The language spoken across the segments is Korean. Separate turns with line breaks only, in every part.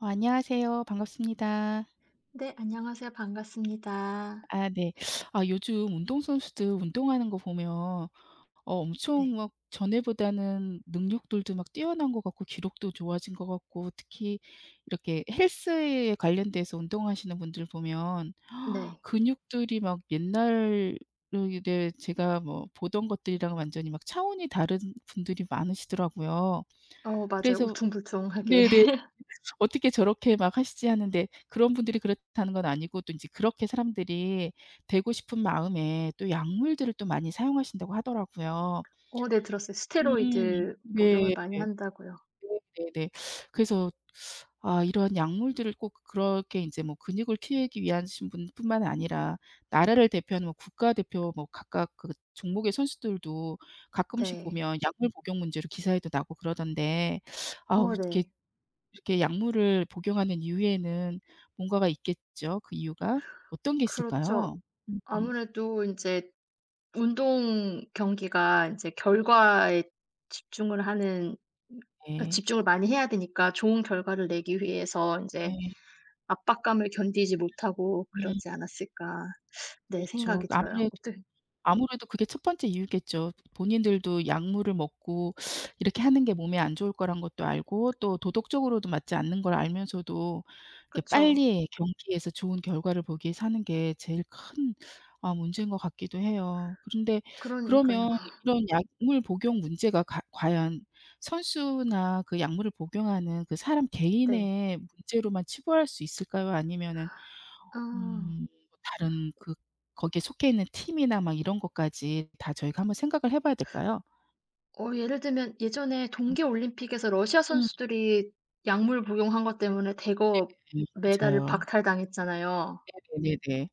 안녕하세요. 반갑습니다.
네. 안녕하세요. 반갑습니다.
아 네. 아 요즘 운동선수들 운동하는 거 보면 엄청
네.
막 전에보다는 능력들도 막 뛰어난 것 같고 기록도 좋아진 것 같고 특히 이렇게 헬스에 관련돼서 운동하시는 분들 보면
네.
근육들이 막 옛날에 제 제가 뭐 보던 것들이랑 완전히 막 차원이 다른 분들이 많으시더라고요.
맞아요.
그래서
울퉁불퉁하게.
네네. 어떻게 저렇게 막 하시지 하는데 그런 분들이 그렇다는 건 아니고 또 인제 그렇게 사람들이 되고 싶은 마음에 또 약물들을 또 많이 사용하신다고 하더라고요.
네, 들었어요.
음.
스테로이드 복용을
네.
많이 한다고요.
네네. 그래서 아 이런 약물들을 꼭 그렇게 인제 뭐 근육을 키우기 위하신 분뿐만 아니라 나라를 대표하는 뭐 국가 대표 뭐 각각 그 종목의 선수들도 가끔씩
네.
보면 약물 복용 문제로 기사에도 나고 그러던데 아우 이렇게
네.
이렇게 약물을 복용하는 이유에는 뭔가가 있겠죠. 그 이유가 어떤 게 있을까요?
그렇죠.
음.
아무래도 이제 운동 경기가 이제 결과에 집중을 하는 어
네.
집중을 많이 해야 되니까 좋은 결과를 내기 위해서 이제
네.
'압박감을 견디지 못하고
음
그러지 않았을까.' 네,
그렇죠.
생각이 들어요.
아무래도
어떻
아무래도 그게 첫 번째 이유겠죠. 본인들도 약물을 먹고 이렇게 하는 게 몸에 안 좋을 거란 것도 알고 또 도덕적으로도 맞지 않는 걸 알면서도 이렇게
그쵸.
빨리 경기에서 좋은 결과를 보기 위해서 하는 게 제일 큰 문제인 것 같기도 해요. 그런데
그러니까요.
그러면 이런 약물 복용 문제가 가 과연 선수나 그 약물을 복용하는 그 사람
네.
개인의 문제로만 치부할 수 있을까요? 아니면은
아.
뭐 다른 그 거기에 속해 있는 팀이나 막 이런 것까지 다 저희가 한번 생각을 해 봐야 될까요?
예를 들면 예전에 동계 올림픽에서 러시아
음.
선수들이 약물 복용한 것 때문에 대거
네
메달을
맞아요.
박탈당했잖아요.
네네네네.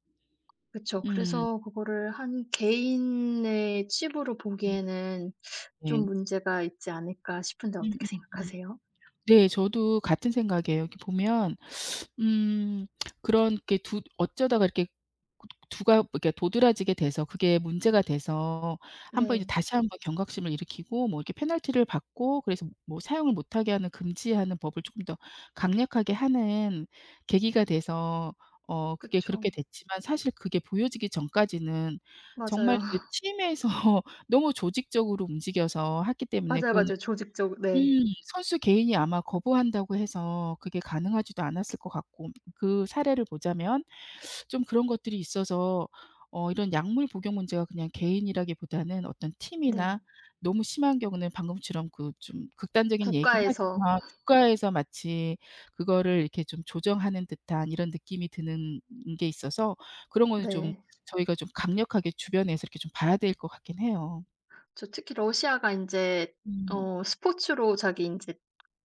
그쵸.
음.
그래서 그거를 한 개인의 치부로
음.
보기에는
네.
좀 문제가 있지 않을까 싶은데 어떻게
음음음.
생각하세요?
네 저도 같은 생각이에요. 이렇게 보면 음. 그런 게 두 어쩌다가 이렇게 두가 이렇게 도드라지게 돼서 그게 문제가 돼서 한번 이제
네.
다시 한번 경각심을 일으키고 뭐 이렇게 페널티를 받고 그래서 뭐 사용을 못하게 하는 금지하는 법을 조금 더 강력하게 하는 계기가 돼서 그게
그쵸.
그렇게 됐지만 사실 그게 보여지기 전까지는 정말
맞아요.
그 팀에서 너무 조직적으로 움직여서 했기 때문에
맞아요,
그건
맞아요. 조직적. 네.
선수 개인이 아마 거부한다고 해서 그게 가능하지도 않았을 것 같고 그 사례를 보자면 좀 그런 것들이 있어서 이런 약물 복용 문제가 그냥 개인이라기보다는 어떤
네.
팀이나 너무 심한 경우는 방금처럼 그 좀 극단적인 얘기긴
국가에서.
하지만 국가에서 마치 그거를 이렇게 좀 조정하는 듯한 이런 느낌이 드는 게 있어서 그런 거는 좀
네.
저희가 좀 강력하게 주변에서 이렇게 좀 봐야 될 것 같긴 해요.
저 특히 러시아가 이제
음.
스포츠로 자기 이제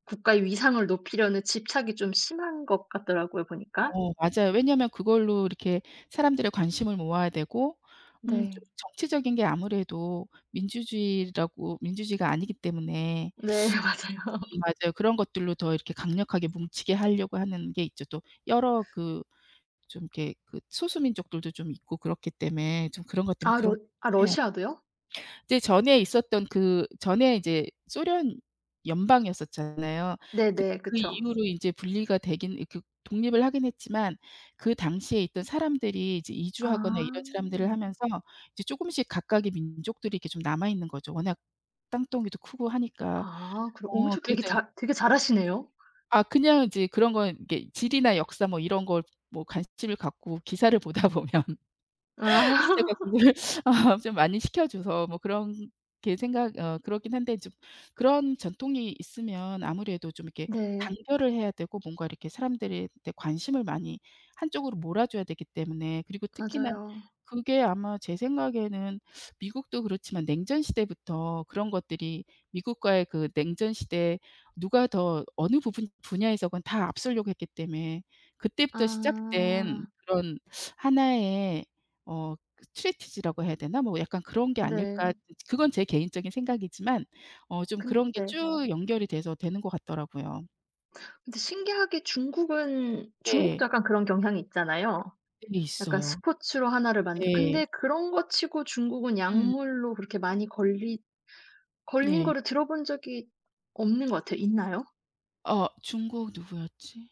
국가의 위상을 높이려는 집착이 좀 심한 것 같더라고요 보니까.
어 맞아요. 왜냐하면 그걸로 이렇게 사람들의 관심을 모아야 되고
네.
좀 정치적인 게 아무래도 민주주의라고 민주주의가 아니기 때문에
네. 맞아요.
맞아요. 그런 것들로 더 이렇게 강력하게 뭉치게 하려고 하는 게 있죠. 또 여러 그 좀 이렇게 그 소수민족들도 좀 있고 그렇기 때문에 좀 그런 것 때문에
아
그런
러 아
예.
러시아도요?
이제 전에 있었던 그 전에 이제 소련 연방이었었잖아요. 그
네네.
그
그쵸.
이후로 인제 분리가 되긴 이 그 독립을 하긴 했지만 그 당시에 있던 사람들이 이제 이주하거나 이런
아.
사람들을 하면서 이제 쪼금씩 각각의 민족들이 이렇게 좀 남아 있는 거죠. 워낙 땅덩이도 크고 하니까.
아, 그럼 엄청
그래서
되게 잘 되게 잘하시네요.
아 그냥 이제 그런 건 이게 지리나 역사 뭐 이런 걸 뭐 관심을 갖고 기사를 보다 보면
아.
기자가 구글을 좀 많이 시켜 줘서 뭐 그런 게 생각 그렇긴 한데 좀 그런 전통이 있으면 아무래도 좀 이렇게
네.
단결을 해야 되고 뭔가 이렇게 사람들한테 관심을 많이 한쪽으로 몰아줘야 되기 때문에 그리고 특히나
맞아요.
그게 아마 제 생각에는 미국도 그렇지만 냉전 시대부터 그런 것들이 미국과의 그 냉전 시대에 누가 더 어느 부분 분야에서건 다 앞서려고 했기 때문에 그때부터 시작된
아,
그런 하나의 어 트레티지라고 해야 되나? 뭐 약간 그런 게 아닐까.
네.
그건 제 개인적인 생각이지만 좀
근
그런 게
데
쭉 연결이 돼서 되는 것 같더라고요.
근데 신기하게 중국은
네.
중국도 약간 그런 경향이 있잖아요.
네
약간
있어요.
스포츠로 하나를 만들
네.
근데 그런 거 치고 중국은
음
약물로 그렇게 많이 걸리 걸린
네.
거를 들어본 적이 없는 것 같아요. 있나요?
중국 누구였지?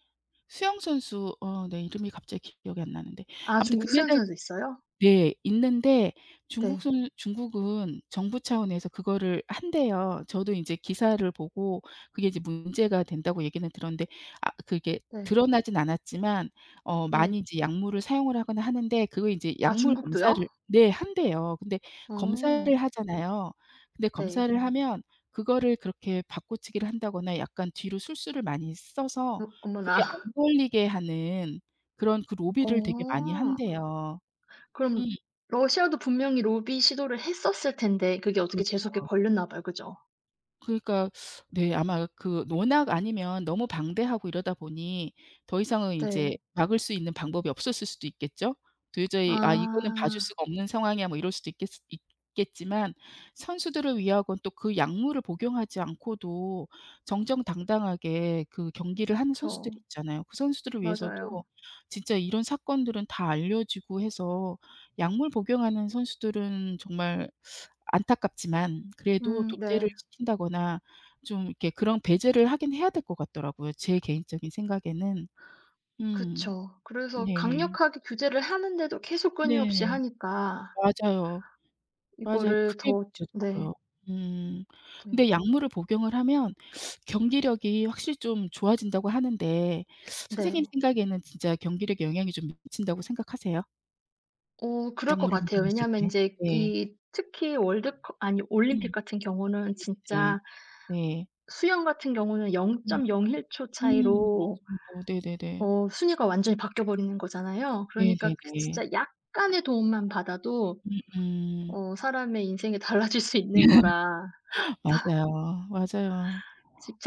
수영 선수 어 네 이름이 갑자기 기억이 안 나는데
아,
아무튼
중국
금메달
수영장에서 있어요?
네. 있는데
네.
중국은 정부 차원에서 그거를 한대요. 저도 인제 기사를 보고 그게 이제 문제가 된다고 얘기는 들었는데 아 그게
네.
드러나진 않았지만 많이
네.
이제 약물을 사용을 하거나 하는데 그거 인제
아,
약물
중국도요?
검사를 네 한대요. 근데 검사를
어.
하잖아요. 근데
네.
검사를 하면 그거를 그렇게 바꿔치기를 한다거나 약간 뒤로 술수를 많이 써서
어머나.
그게 안 걸리게 하는 그런 그 로비를 되게 많이
어.
한대요. 음.
그럼 러시아도 분명히 로비 시도를 했었을 텐데 그게 어떻게 재수없게
그렇죠.
걸렸나 봐요. 그죠?
그러니까 네 아마 그 워낙 아니면 너무 방대하고 이러다 보니 더 이상은 이제
네.
막을 수 있는 방법이 없었을 수도 있겠죠. 도저히 '아 이거는 봐줄
아,
수가 없는 상황이야.' 뭐 이럴 수도 있겠 있겠지만 선수들을 위하곤 또 그 약물을 복용하지 않고도 정정당당하게 그 경기를 하는
그쵸.
선수들이 있잖아요. 그 선수들을 위해서도
맞아요.
진짜 이런 사건들은 다 알려지고 해서 약물 복용하는 선수들은 정말 안타깝지만 그래도
음.
도태를
네.
시킨다거나 좀 이렇게 그런 배제를 하긴 해야 될 것 같더라고요, 제 개인적인 생각에는. 음.
그쵸. 그래서
네.
강력하게 규제를 하는데도 계속 끊임없이
네.
하니까
맞아요. 맞아요.
이거를
그게
더 좀, 네.
문제더라고요. 음. 근데
네.
약물을 복용을 하면 경기력이 확실히 좀 좋아진다고 하는데 선생님
네.
생각에는 진짜 경기력에 영향이 좀 미친다고 생각하세요?
그럴 것
약물을
같아요.
복용했을
왜냐하면
때?
이제
네.
이 특히 월드컵, 아니
음.
올림픽 같은 경우는
네.
진짜
네.
수영 같은 경우는
음.
0.01초
음.
차이로
맞아요. 네네네.
순위가 완전히 바뀌어 버리는 거잖아요. 그러니까 그
네네네.
진짜 약간의 도움만 받아도
음음.
사람의 인생이 달라질 수 있는 거라
맞아요. 맞아요.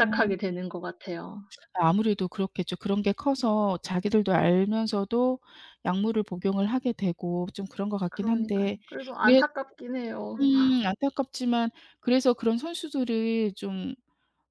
어
되는 것 같아요.
아무래도 그렇겠죠. 그런 게 커서 자기들도 알면서도 약물을 복용을 하게 되고 좀 그런 것 같긴
그러니까요.
한데
그래서
그래
안타깝긴 해요.
안타깝지만 그래서 그런 선수들을 좀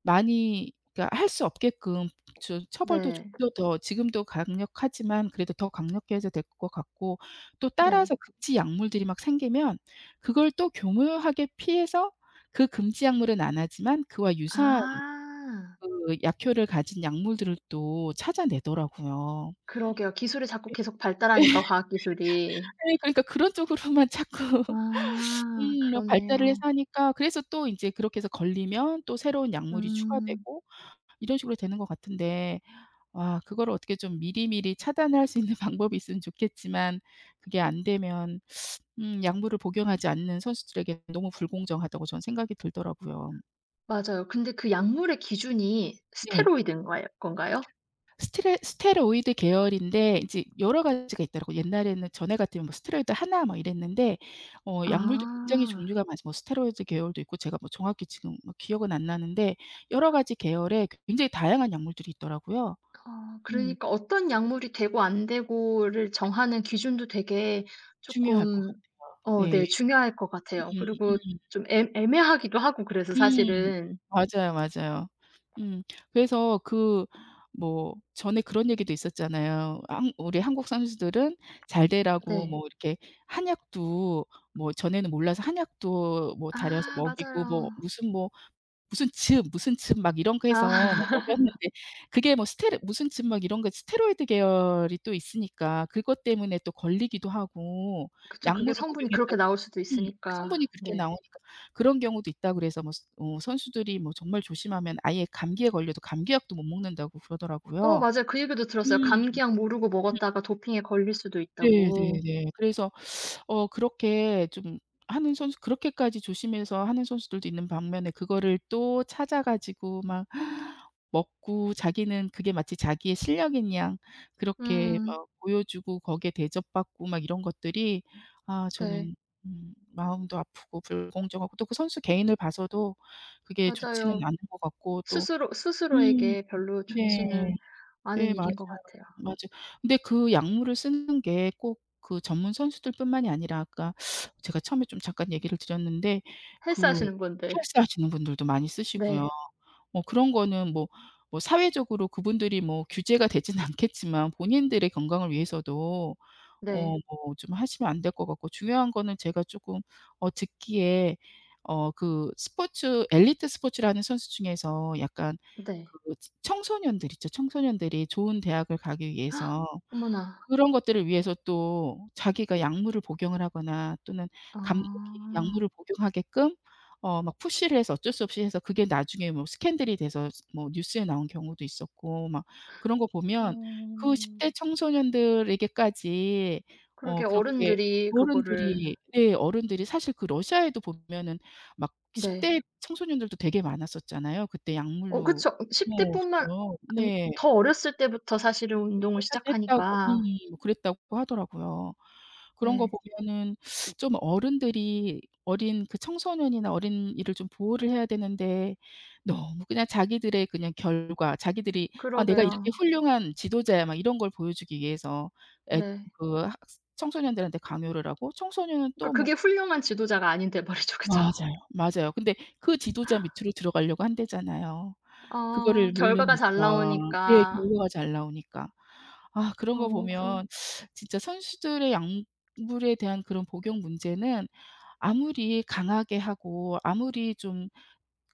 많이 그러니까 할 수 없게끔 처벌도 좀
네.
더 지금도 강력하지만 그래도 더 강력 해야 될 것 같고 또
네.
따라서 금지 약물들이 막 생기면 그걸 또 교묘하게 피해서 그 금지 약물은 안 하지만 그와 유사한
아.
그 약효를 가진 약물들을 또 찾아내더라고요.
그러게요. 기술이 자꾸 계속 발달하니까 과학 기술이.
네. 그러니까 그런 쪽으로만 자꾸
아,
발달을 해서
그렇네요.
하니까 그래서 또 인제 그렇게 해서 걸리면 또 새로운 약물이
음,
추가되고 이런 식으로 되는 것 같은데 와 그거를 어떻게 좀 미리미리 차단할 수 있는 방법이 있으면 좋겠지만 그게 안 되면 약물을 복용하지 않는 선수들에게 너무 불공정하다고 저는 생각이 들더라고요.
맞아요. 근데 그 약물의 기준이
네.
스테로이드인 거예 건가요?
스레 스테로이드 계열인데 이제 여러 가지가 있더라고요. 옛날에는 전에 같으면 뭐 스테로이드 하나 뭐 이랬는데 약물도 굉장히
아.
종류가 많아서 뭐 스테로이드 계열도 있고 제가 뭐 정확히 지금 뭐 기억은 안 나는데 여러 가지 계열의 굉장히 다양한 약물들이 있더라고요. 음
그러니까 어떤 약물이 되고 안 되고를 정하는 기준도 되게
중요할 것
조금
같아요. 네.
네, 중요할 것 같아요. 그리고
음음.
좀 애 애매하기도 하고 그래서
음.
사실은.
맞아요, 맞아요. 음. 그래서 그 뭐 전에 그런 얘기도 있었잖아요. 한 우리 한국 선수들은 잘 되라고
네.
뭐 이렇게 한약도 뭐 전에는 몰라서 한약도 뭐 달여서
아,
먹이고 뭐
맞아요.
무슨 뭐 무슨 즙, 무슨 즙 막 이런 거 해서 뭐
아.
먹였는데 그게 뭐 스테로 무슨 즙 막 이런 거 스테로이드 계열이 또 있으니까 그것 때문에 또 걸리기도 하고
그쵸. 그게
약물을
성분이 그렇게
복용했다고
나올 수도
그
있으니까.
성분이 그렇게
네.
나오니까 그런 경우도 있다 그래서 뭐 스 어 선수들이 뭐 정말 조심하면 아예 감기에 걸려도 감기약도 못 먹는다고 그러더라고요.
맞아요. 그 얘기도 들었어요.
음.
감기약 모르고 먹었다가 도핑에 걸릴 수도
네
있다고.
네네. 그래서 그렇게 좀 하는 선수 그렇게까지 조심해서 하는 선수들도 있는 반면에 그거를 또 찾아 가지고 막 먹고 자기는 그게 마치 자기의 실력인 양 그렇게
음.
막 보여주고 거기에 대접받고 막 이런 것들이 아
네.
저는 마음도 아프고 불공정하고 또 그 선수 개인을 봐서도 그게 좋지는
맞아요.
않은 것 같고 또
스스로
음
스스로에게 별로
네.
좋지는 않은
네 맞아요.
일인 것 같아요.
맞아요. 근데 그 약물을 쓰는 게 꼭 그 전문 선수들뿐만이 아니라 아까 제가 처음에 좀 잠깐 얘기를 드렸는데 그
헬스하시는 분들.
헬스하시는 분들도 많이 쓰시고요.
네.
뭐 그런 거는 뭐 사회적으로 그분들이 뭐 규제가 되진 않겠지만 본인들의 건강을 위해서도
네.
뭐 좀 하시면 안 될 것 같고 중요한 거는 제가 조금 듣기에 그 스포츠 엘리트 스포츠를 하는 선수 중에서 약간
네.
그 치 청소년들 있죠. 청소년들이 좋은 대학을 가기 위해서
어머나.
그런 것들을 위해서 또 자기가 약물을 복용을 하거나 또는 감독이
아.
약물을 복용하게끔 막 푸시를 해서 어쩔 수 없이 해서 그게 나중에 뭐 스캔들이 돼서 뭐 뉴스에 나온 경우도 있었고 막 그런 거 보면 그 10
음.
대 청소년들에게까지
그러게,
그렇게
어른들이 그거를.
어른들이 네 어른들이 사실 그 러시아에도 보면은 막 10
네.
대 청소년들도 되게 많았었잖아요. 그때 약물로
그쵸. 10
어
대뿐만
그
아니,
네.
더 어렸을 때부터 사실은 운동을
사실 했다고
시작하니까.
뭐 그랬다고 하더라고요. 그런 거
네.
보면은 좀 어른들이 어린 그 청소년이나 어린이를 좀 보호를 해야 되는데 너무 그냥 자기들의 그냥 결과 자기들이 '아 내가 이렇게
그러게요.
훌륭한 지도자야.' 막 이런 걸 보여주기 위해서 애
네.
그 학스 청소년들한테 강요를 하고 청소년은
그러니까
또 뭐
그게 훌륭한 지도자가 아닌 데 말이죠. 그죠?
맞아요. 맞아요. 근데 그 지도자 밑으로 들어가려고 한대잖아요. 그거를
결과가 잘
모르니까. 네
나오니까.
결과가 잘 나오니까. 아 그런 거
그럼.
보면 진짜 선수들의 약물에 대한 그런 복용 문제는 아무리 강하게 하고 아무리 좀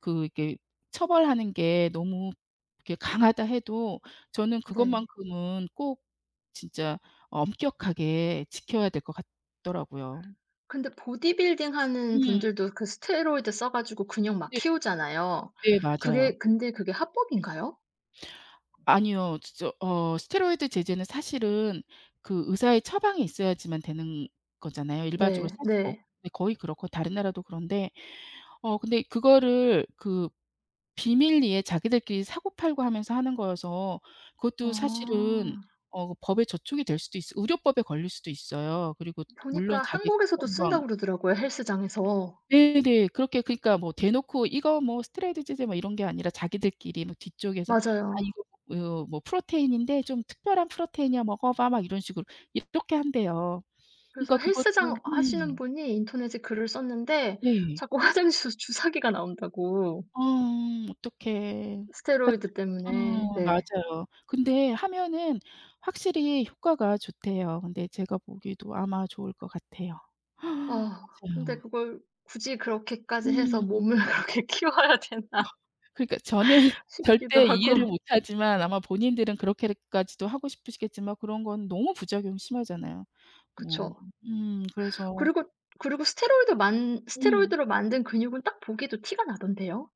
그 이렇게 처벌하는 게 너무 이렇게 강하다 해도 저는
네.
그것만큼은 꼭 진짜 엄격하게 지켜야 될 것 같더라고요.
근데 보디빌딩 하는
음.
분들도 그 스테로이드 써 가지고 근육 막
네.
키우잖아요.
네 맞아요.
그게 근데 그게 합법인가요?
아니요. 진짜 스테로이드 제제는 사실은 그 의사의 처방이 있어야지만 되는 거잖아요. 일반적으로
네.
살 수가 없
네.
네 거의 그렇고 다른 나라도 그런데 근데 그거를 그 비밀리에 자기들끼리 사고팔고 하면서 하는 거여서 그것도 사실은
아.
법에 저촉이 될 수도 있어 의료법에 걸릴 수도 있어요. 그리고 물론
보니까
자기
한국에서도
건강
쓴다고 그러더라고요, 헬스장에서.
네네. 그렇게 그러니까 뭐 대놓고 "이거 뭐 스트레이드 제제." 뭐 이런 게 아니라 자기들끼리 뭐 뒤쪽에서 "아
맞아요.
이거 어 뭐 프로테인인데 좀 특별한 프로테인이야. 먹어 봐." 막 이런 식으로 이렇게 한대요.
그래서
그러니까 그것도
헬스장 하시는 분이 인터넷에 글을 썼는데
네.
자꾸 화장실에서 주사기가 나온다고.
어 어떡해. 그러니까
스테로이드 때문에. 네.
맞아요. 근데 하면은 확실히 효과가 좋대요. 근데 제가 보기에도 아마 좋을 것 같아요.
아, 근데
맞아요.
그걸 굳이 그렇게까지 해서
음.
몸을 그렇게 키워야 되나
그러니까 저는
싶기도
절대 이해를
하고.
못 하지만 아마 본인들은 그렇게까지도 하고 싶으시겠지만 그런 건 너무 부작용 심하잖아요. 뭐
그쵸.
그래서
그리고 그리고 스테로이드 만
음
스테로이드로 만든 근육은 딱 보기도 티가 나던데요.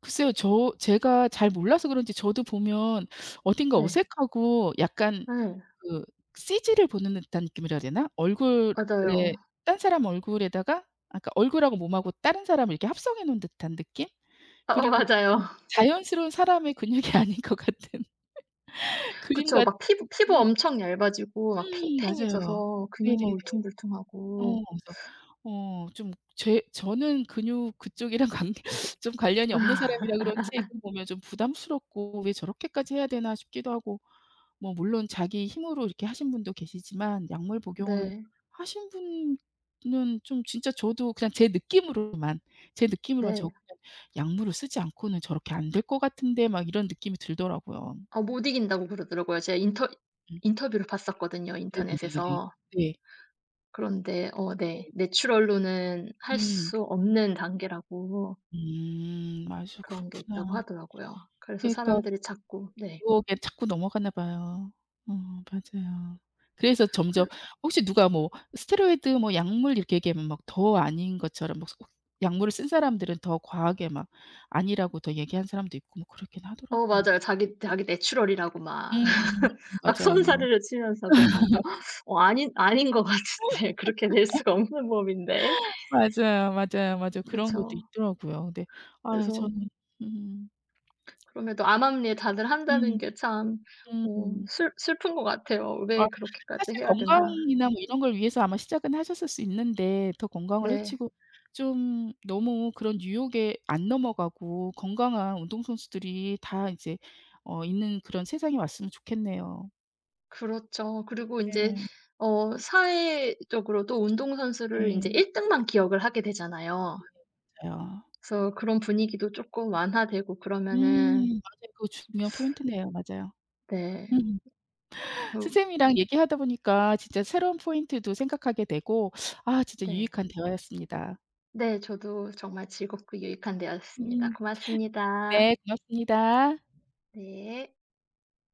글쎄요. 제가 잘 몰라서 그런지 저도 보면 어딘가
네.
어색하고 약간
예.
그 CG를 보는 듯한 느낌이라 해야 되나? 얼굴에
맞아요.
딴 사람 얼굴에다가 아까 얼굴하고 몸하고 다른 사람을 이렇게 합성해 놓은 듯한 느낌?
어어,
그리고 좀
맞아요.
자연스러운 사람의 근육이 아닌 것 같은 그림
그쵸.
같은
막 피부
음.
엄청 얇아지고 막
맞아요.
팽팽해져서 근육만
네네네.
울퉁불퉁하고.
어 그래서 좀 제 저는 근육 그쪽이랑 관계 좀 관련이 없는 사람이라 그런지 그 보면 좀 부담스럽고 '왜 저렇게까지 해야 되나?' 싶기도 하고 뭐 물론 자기 힘으로 이렇게 하신 분도 계시지만 약물 복용으로
네.
하신 분은 좀 진짜 저도 그냥 제 느낌으로만, 제 느낌으로만 '저
네.
그냥 약물을 쓰지 않고는 저렇게 안 될 것 같은데.' 막 이런 느낌이 들더라고요.
아, 못 이긴다고 그러더라고요. 제가 인터
음.
인터뷰를 봤었거든요,
네네네네.
인터넷에서.
네.
그런데
네.
네, 내추럴로는 할
음.
수 없는 단계라고
맞아.
그런 게 있다고
그렇구나.
하더라고요. 그래서
그러니까
사람들이 자꾸. 네.
유혹에 자꾸 넘어가나 봐요. 맞아요. 그래서 점점 혹시 누가 뭐 스테로이드 뭐 약물 이렇게 얘기하면 막 더 아닌 것처럼 막 속 약물을 쓴 사람들은 더 과하게 막 아니라고 더 얘기한 사람도 있고 뭐 그렇긴 하더라고요.
맞아요. 자기 내추럴이라고 막
음
막
맞아요.
손사래를 치면서 그럼 사람들이 "아닌 것 같은데. 그렇게 낼 수가 없는 몸인데."
맞아요, 맞아요, 맞아요. 그런 것도
그쵸.
있더라고요. 근데 아
그래서
저는 음.
그럼에도 암암리에 다들 한다는
음.
게 참 어
음.
슬 슬픈 것 같아요.
맞아.
'왜
사실
그렇게까지 해야 되나.'
건강이나 뭐 이런 걸 위해서 아마 시작은 하셨을 수 있는데 더 건강을
네.
해치고 좀 너무 그런 유혹에 안 넘어가고 건강한 운동선수들이 다 이제 있는 그런 세상이 왔으면 좋겠네요.
그렇죠. 그리고 인제
예.
사회적으로도 운동선수를 인제
예.
1 등만 기억을 하게 되잖아요.
맞아요.
그래서 그런 분위기도 쪼끔 완화되고 그러면은.
맞아요. 그거 중요한 포인트네요. 맞아요.
네.
음.
그,
선생님이랑 얘기하다 보니까 진짜 새로운 포인트도 생각하게 되고 아 진짜
네.
유익한 대화였습니다.
네. 저도 정말 즐겁고 유익한 대화였습니다.
음.
고맙습니다.
네 고맙습니다.
네.